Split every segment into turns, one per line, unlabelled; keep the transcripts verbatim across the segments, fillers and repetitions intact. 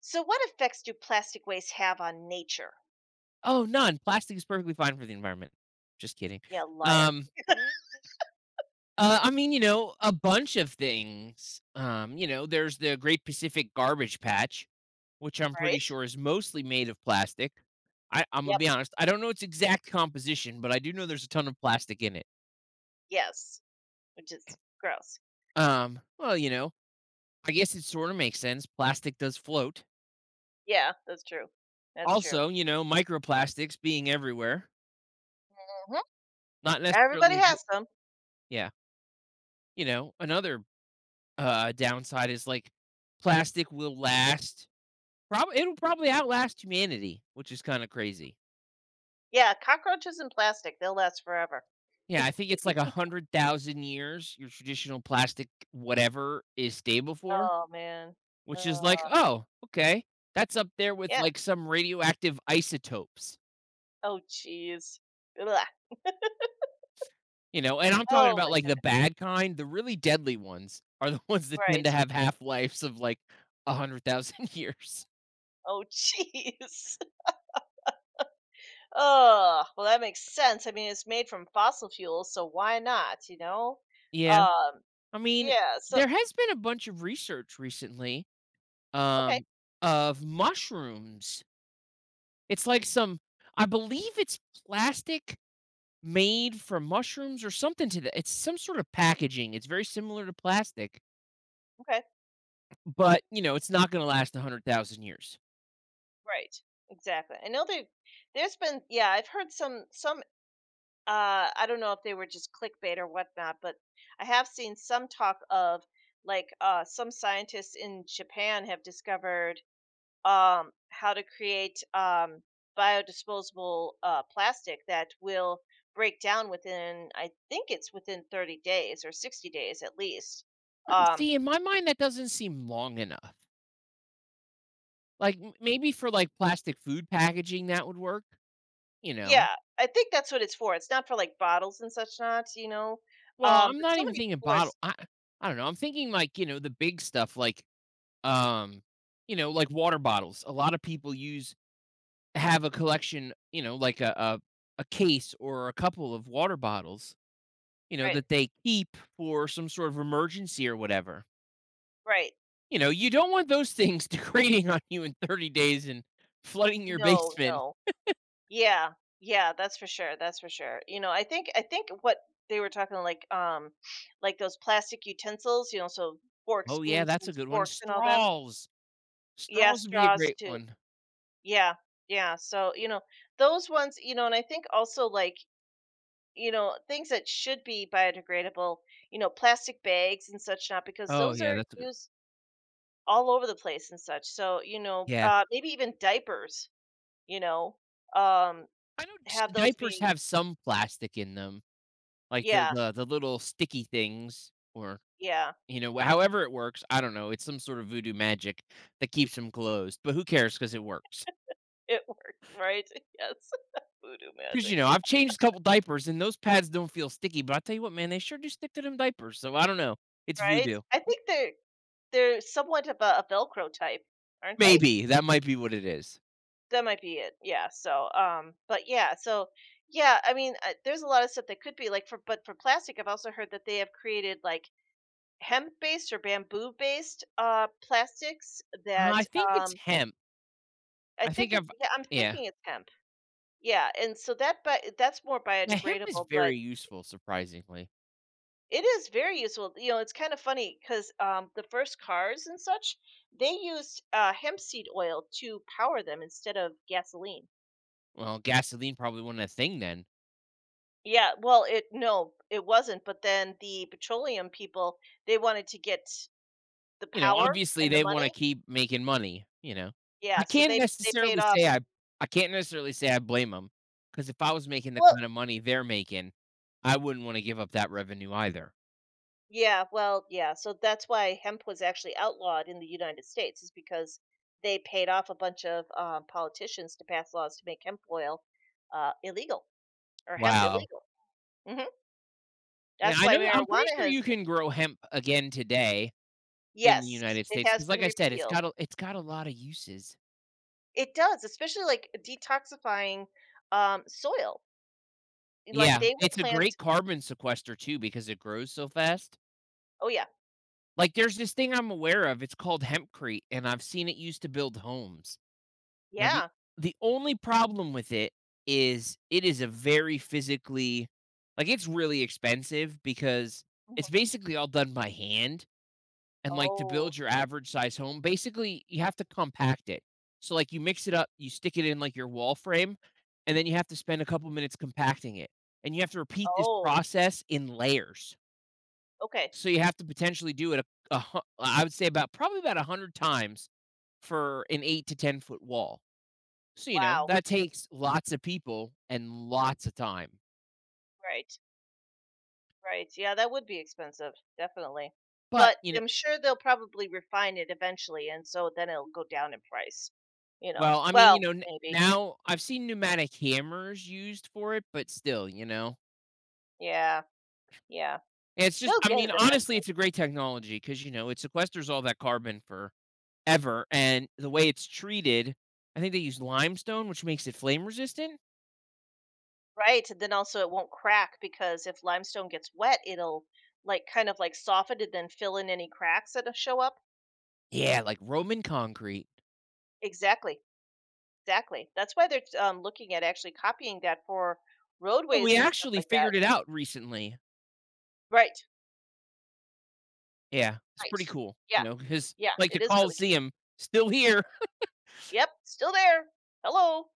So, what effects do plastic waste have on nature?
Oh, none. Plastic is perfectly fine for the environment. Just kidding.
Yeah, liar.
Um, uh, I mean, you know, a bunch of things. Um, you know, there's the Great Pacific Garbage Patch, which I'm pretty
Right?
sure is mostly made of plastic. I, I'm gonna
Yep.
be honest. I don't know its exact composition, but I do know there's a ton of plastic in it.
Yes. Which is gross.
Um, well, you know, I guess it sort of makes sense. Plastic does float.
Yeah, that's true. That's true.
Also, you know, microplastics being everywhere.
Mhm.
Not
Everybody
necessarily a good.
has some.
Yeah, you know, another uh, downside is like plastic will last. Probably it'll probably outlast humanity, which is kind of crazy.
Yeah, cockroaches and plastic, they'll last forever.
Yeah, I think it's like a hundred thousand years your traditional plastic whatever is stable for,
Oh, man.
which is like,
Ugh.
oh, okay, that's up there with
Yeah.
like some radioactive isotopes,
Oh, jeez. Blah.
you know. And I'm talking
Oh,
about
my
like the
goodness.
bad kind, the really deadly ones are the ones that tend
Right.
to have half lives of like a hundred thousand years.
Oh, jeez. Oh. Well, that makes sense. I mean, it's made from fossil fuels, so why not, you know?
Yeah,
Um,
I mean,
yeah. So,
there has been a bunch of research recently
okay.
um, of mushrooms. It's like some I believe it's plastic made from mushrooms or something to that. It's some sort of packaging. It's very similar to plastic,
Okay.
but, you know, it's not gonna last one hundred thousand years.
Right. Exactly. I know they There's been, yeah, I've heard some some. uh I don't know if they were just clickbait or whatnot, but I have seen some talk of, like, uh some scientists in Japan have discovered, um how to create, um biodisposable, uh plastic that will break down within, I think it's within, thirty days or sixty days at least.
Uh,
Um
see, in my mind, that doesn't seem long enough. Like, m maybe for, like, plastic food packaging, that would work, you know?
yeah, I think that's what it's for. It's not for like bottles and such not, you know.
Well,
Um,
I'm
but
not
so
even
many
thinking
people are.
bottle I I don't know, I'm thinking, like, you know, the big stuff like, um, you know, like water bottles. A lot of people use have a collection, you know, like a a a case or a couple of water bottles, you know,
Right,
that they keep for some sort of emergency or whatever.
right.
You know, you don't want those things degrading on you in thirty days and flooding your
No,
basement.
no. Yeah, yeah, that's for sure, that's for sure. You know, I think I think what they were talking, like, um like those plastic utensils, you know, so forks,
Oh, yeah,
spoons
that's a
and
good one.
sporks and all them.
Straws.
Yeah,
Straws would be a
straws
great
too.
one.
Yeah. Yeah. So, you know, those ones, you know, and I think also, like, you know, things that should be biodegradable, you know, plastic bags and such not because
Oh,
those
yeah,
are
that's a good
used all over the place and such. So, you know,
yeah.
uh maybe even diapers, you know. Um
I know s
Have those
diapers
be
have some plastic in them, like the
Yeah,
the the little sticky things or
yeah,
you know, however it works, I don't know, it's some sort of voodoo magic that keeps them closed, but who cares? Because it works.
it worked, right? Yes, voodoo
Because
magic,
you know, I've changed a couple diapers and those pads don't feel sticky, but I tell you what, man, they sure do stick to them diapers, so I don't know. It's
right?
voodoo.
I think they're they're somewhat of a a Velcro type, aren't they?
Maybe, that might be what it is.
That might be it, yeah, so, um, but yeah, so, yeah, I mean, uh, there's a lot of stuff that could be, like, for but for plastic, I've also heard that they have created, like, hemp-based or bamboo-based, uh, plastics
Uh,
that,
I think it's
um,
hemp.
I
I think
think it
I've
yeah, I'm
yeah.
thinking it's hemp, yeah, and so that but that's more
Yeah, hemp is
biodegradable,
very
but
useful, surprisingly.
it is very useful. You know, it's kind of funny because, um, the first cars and such, they used, uh, hemp seed oil to power them instead of gasoline.
Well, gasoline probably wasn't a thing then.
Yeah, well, it no, it wasn't. But then the petroleum people, they wanted to get the
You know,
power
obviously,
and the
they wanna
money.
keep making money, you know?
Yeah,
I
so
can't
they they paid
necessarily
off.
say I I can't necessarily say I blame them, because if I was making the
Well,
kind of money they're making, I wouldn't wanna give up that revenue either.
yeah, well, yeah. So that's why hemp was actually outlawed in the United States, is because they paid off a bunch of, um, politicians to pass laws to make hemp oil, uh, illegal, or hemp
Wow.
illegal. Mhm.
Yeah,
That's
I
why
know I'm pretty
marijuana
sure
has.
you can grow hemp again today in the
Yes,
United
it
States,
has
because like
been
I said, it's
repealed.
got a it's got a lot of uses.
It does, especially, like, detoxifying, um, soil. Like,
Yeah,
they will
it's a
plant.
great carbon sequester too because it grows so fast.
Oh, yeah.
Like, there's this thing I'm aware of, it's called hempcrete, and I've seen it used to build homes. Now the
Yeah.
the only problem with it is it is a very physically like, it's really expensive because
Mhm.
it's basically all done by hand, and, like, to
Oh.
build your average size home, basically, you have to compact it. So, like, you mix it up, you stick it in, like, your wall frame, and then you have to spend a couple minutes compacting it, and you have to repeat this
Oh,
process in layers.
okay.
So you have to potentially do it a a hu I would say about probably about one hundred times for an eight to ten foot wall. So, you know,
Wow.
that takes lots of people and lots of time.
Right, right. Yeah, that would be expensive, definitely.
But,
But
you know
I'm sure they'll probably refine it eventually, and so then it'll go down in price, you know?
well, I mean, you
Well,
know, n
maybe.
now I've seen pneumatic hammers used for it, but still, you know?
Yeah, yeah.
It's just
They'll
I
get
mean,
it
honestly,
eventually.
it's a great technology because you know, it sequesters all that carbon forever, and the way it's treated I think they use limestone, which makes it flame resistant?
Right, and then also it won't crack because if limestone gets wet, it'll, like, kind of, like, soften and then fill in any cracks that show up.
Yeah, like Roman concrete.
Exactly, exactly. That's why they're, um, looking at actually copying that for
Oh,
roadways
we
and stuff
actually
like that.
figured it out recently.
Right,
Yeah, it's
right.
pretty cool, you
Yeah,
know, because
yeah.
like,
It
the
is really cute.
Colosseum, still here.
Yep, still there. Hello.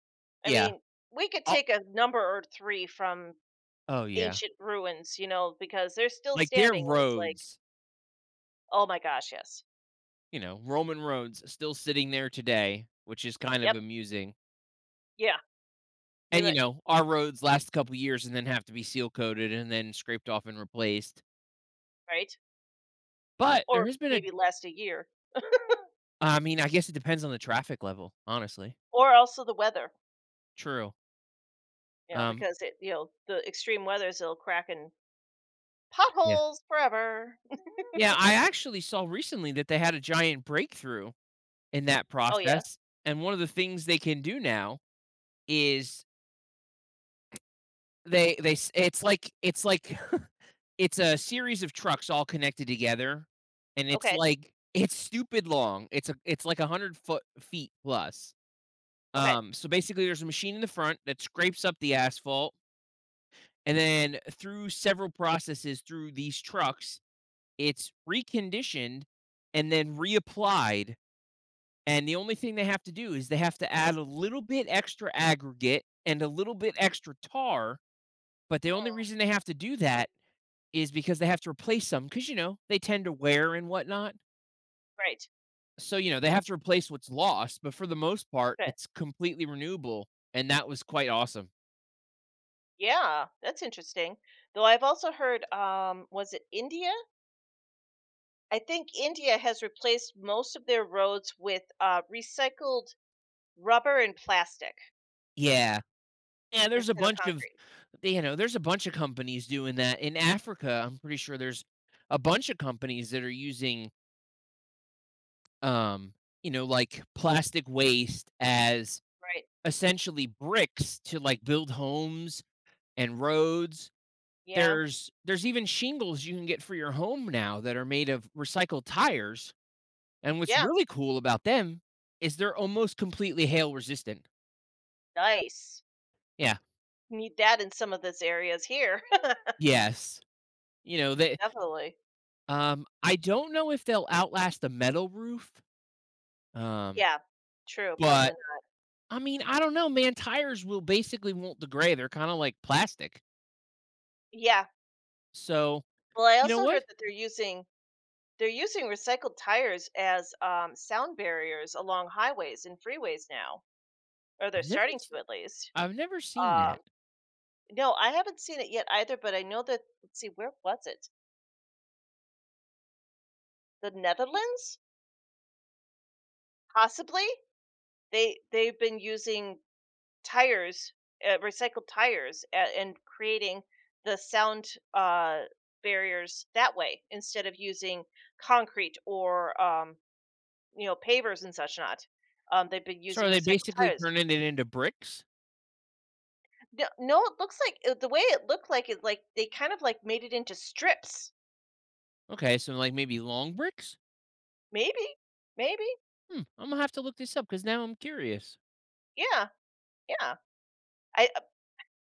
I
Yeah.
mean, we could
Oh
take a number or three from
oh, yeah.
ancient ruins, you know, because they're still
Like, their
standing, and it's like,
roads,
oh my gosh, yes.
you know, Roman roads still sitting there today, which is kind of
Yep.
amusing,
Yeah. They
and, you
might.
know, our roads last a couple years and then have to be seal coated and then scraped off and replaced,
Right.
but there
Or
has been a
maybe last a year,
I mean, I guess it depends on the traffic level, honestly.
or also the weather,
True.
you know,
Um,
because it, you know, the extreme weathers, it'll crack in
yeah.
potholes forever.
Yeah, I actually saw recently that they had a giant breakthrough in that
Oh yeah.
process, and one of the things they can do now is They they it's like it's like it's a series of trucks all connected together, and it's
Okay.
like it's stupid long. It's a it's like one hundred foot feet plus.
Okay.
Um, so basically there's a machine in the front that scrapes up the asphalt, and then through several processes through these trucks, it's reconditioned and then reapplied. And the only thing they have to do is they have to add a little bit extra aggregate and a little bit extra tar. But the only
Hmm,
reason they have to do that is because they have to replace some because you know they tend to wear and whatnot.
right.
So you know they have to replace what's lost, but for the most part,
Okay.
it's completely renewable, and that was quite awesome.
Yeah, that's interesting. Though I've also heard, um, was it India? I think India has replaced most of their roads with, uh, recycled rubber and plastic
Yeah, yeah. There's a
instead of
bunch of
concrete.
you know there's a bunch of companies doing that in Africa. I'm pretty sure there's a bunch of companies that are using um you know like plastic waste as
Right.
essentially bricks to like build homes and roads
Yeah.
There's there's even shingles you can get for your home now that are made of recycled tires, and what's
Yeah.
really cool about them is they're almost completely hail resistant.
Nice.
Yeah.
Need that in some of those areas here.
Yes. You know, they
Definitely.
um, I don't know if they'll outlast the metal roof, um,
Yeah. True.
but
Probably.
I mean, I don't know, man, tires will basically won't degrade, they're kinda like plastic.
Yeah.
So,
Well, I
you know
also
what?
heard that they're using they're using recycled tires as, um, sound barriers along highways and freeways now, or they're
I've never
starting
s
to at least.
I've never seen that.
Um, no, I haven't seen it yet either, but I know that. Let's see, where was it? The Netherlands, possibly. They they've been using tires, uh, recycled tires, a and creating the sound, uh, barriers that way instead of using concrete, or um, you know, pavers and such not. Um, they've been
So are
using
they
recycled
basically
tires.
turning it into bricks?
No, no, it looks like, uh, the way it looked like it, like they kind of, like, made it into strips.
Okay, so, like, maybe long bricks?
Maybe, maybe,
Hmm, I'm gonna have to look this up because now I'm curious.
yeah, yeah. I uh,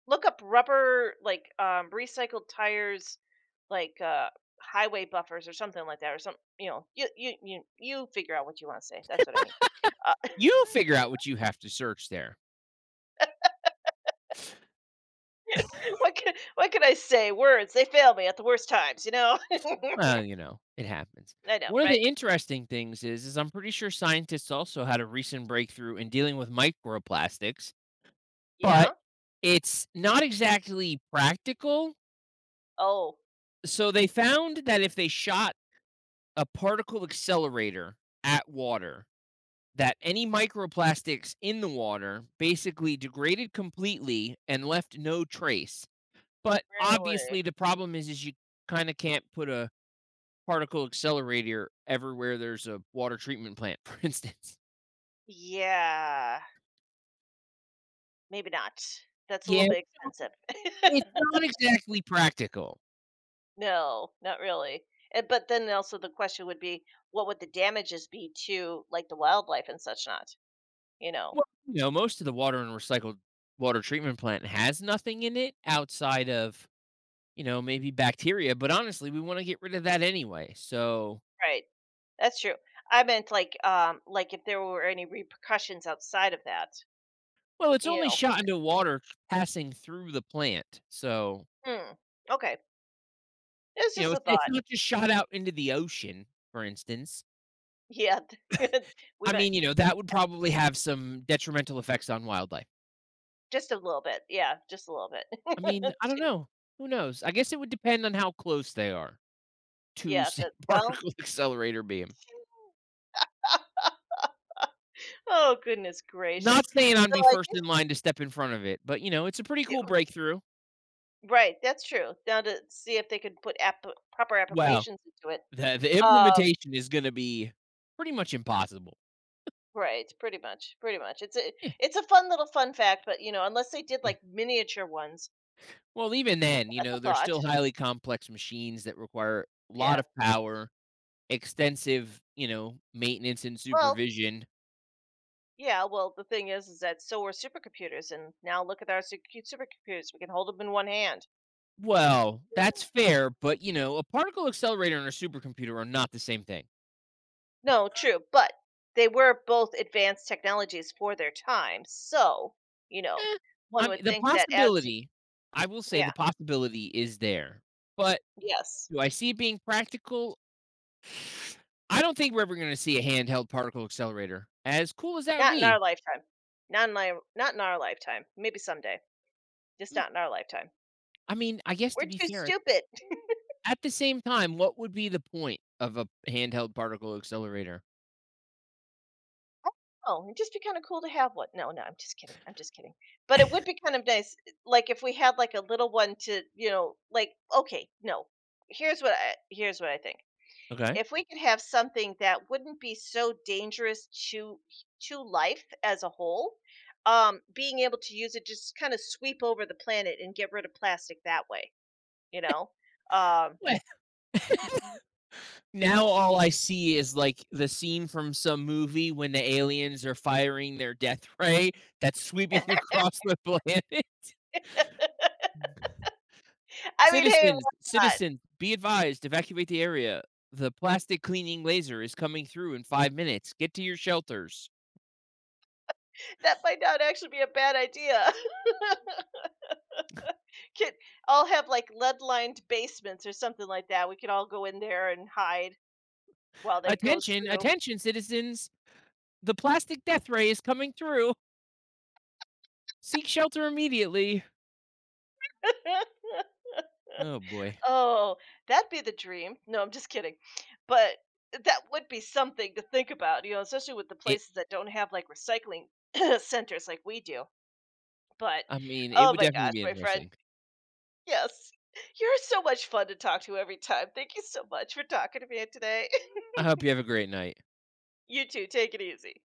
Look up rubber, like, um recycled tires, like, uh highway buffers or something like that, or some. You know, you you you you figure out what you want to say. That's what I mean. Uh,
You figure out what you have to search there.
what can what can I say? Words they fail me at the worst times. You know.
Well, you know, it happens.
I know,
One of
right?
the interesting things is, is I'm pretty sure scientists also had a recent breakthrough in dealing with microplastics, mhm, but
Yeah.
it's not exactly practical.
Oh,
So they found that if they shot a particle accelerator at water, that any microplastics in the water basically degraded completely and left no trace. But
really?
obviously the problem is is you kinda can't put a particle accelerator everywhere there's a water treatment plant, for instance.
Yeah, maybe not. That's a little
Yeah,
bit expensive.
it's not exactly practical.
No, not really. Eh, but then also the question would be, what would the damages be to like the wildlife and such not? You know,
Well, you know, most of the water and recycled water treatment plant has nothing in it outside of, you know, maybe bacteria, but honestly, we wanna get rid of that anyway, so
right? That's true. I meant, like, um, like if there were any repercussions outside of that.
well, it's
You
only
know,
shot into water passing through the plant, so,
hmm. Okay, it's
you
just
know,
a
it's it's
thought.
not just shot out into the ocean, for instance.
Yeah, we
I
might
mean, you know, that would probably have some detrimental effects on wildlife.
just a little bit. Yeah, just a little bit.
I mean, I don't know. Who knows? I guess it would depend on how close they are to
yeah.
say
That well.
particle accelerator beam.
Oh, goodness
Not
gracious.
saying I'd
So
be
I
first
guess,
in line to step in front of it, but you know, it's a pretty
y
cool breakthrough.
right, that's true. Now to see if they could put, app proper
Well,
applications into it.
the the
Um,
implementation is going to be pretty much impossible.
right, pretty much, pretty much. It's a
Yeah,
it's a fun little fun fact, but, you know, unless they did,
yeah.
like, miniature ones,
Well, even then, you
that's a
know, they're
thought.
still highly complex machines that require a lot
Yeah.
of power, extensive, you know, maintenance and
Well,
supervision.
yeah, well, the thing is is that so are supercomputers, and now look at our su supercomputers, we can hold them in one hand.
Well, that's fair, but, you know, a particle accelerator and a supercomputer are not the same thing.
No, true, but they were both advanced technologies for their time, so, you know,
Eh,
one
I'm
would
the
think that as.
possibility I will say
Yeah.
the possibility is there, but
Yes.
do I see it being practical? I don't think we're ever gonna see a handheld particle accelerator, as cool as that would
Not in our
be.
lifetime. Not in our not in our lifetime. Maybe someday. Just
Mm,
not in our lifetime.
I mean, I guess
We're
to be
too
fair,
stupid.
at the same time, what would be the point of a handheld particle accelerator?
Oh, it'd just be kinda cool to have one. No, no, I'm just kidding. I'm just kidding. But it would be kind of nice, like, if we had, like, a little one to, you know, like okay, no. Here's what I here's what I think.
Okay.
If we could have something that wouldn't be so dangerous to to life as a whole, um, being able to use it, just kinda sweep over the planet and get rid of plastic that way. You know? Um,
Now all I see is like the scene from some movie when the aliens are firing their death ray that's sweeping across the planet.
I mean, hey,
Citizens,
why not?
citizens, be advised, evacuate the area. The plastic cleaning laser is coming through in five minutes. Get to your shelters.
That might not actually be a bad idea. Could all have, like, lead-lined basements or something like that. We could all go in there and hide while that goes
Attention,
through.
attention, citizens. The plastic death ray is coming through. Seek shelter immediately. Oh boy.
Oh, that'd be the dream. No, I'm just kidding. But that would be something to think about, you know, especially with the
It
places that don't have, like, recycling centers like we do. But,
I mean, it
oh
would
my
definitely
gosh,
be
my friend.
interesting.
Yes. You're so much fun to talk to every time. Thank you so much for talking to me today.
I hope you have a great night.
You too. Take it easy.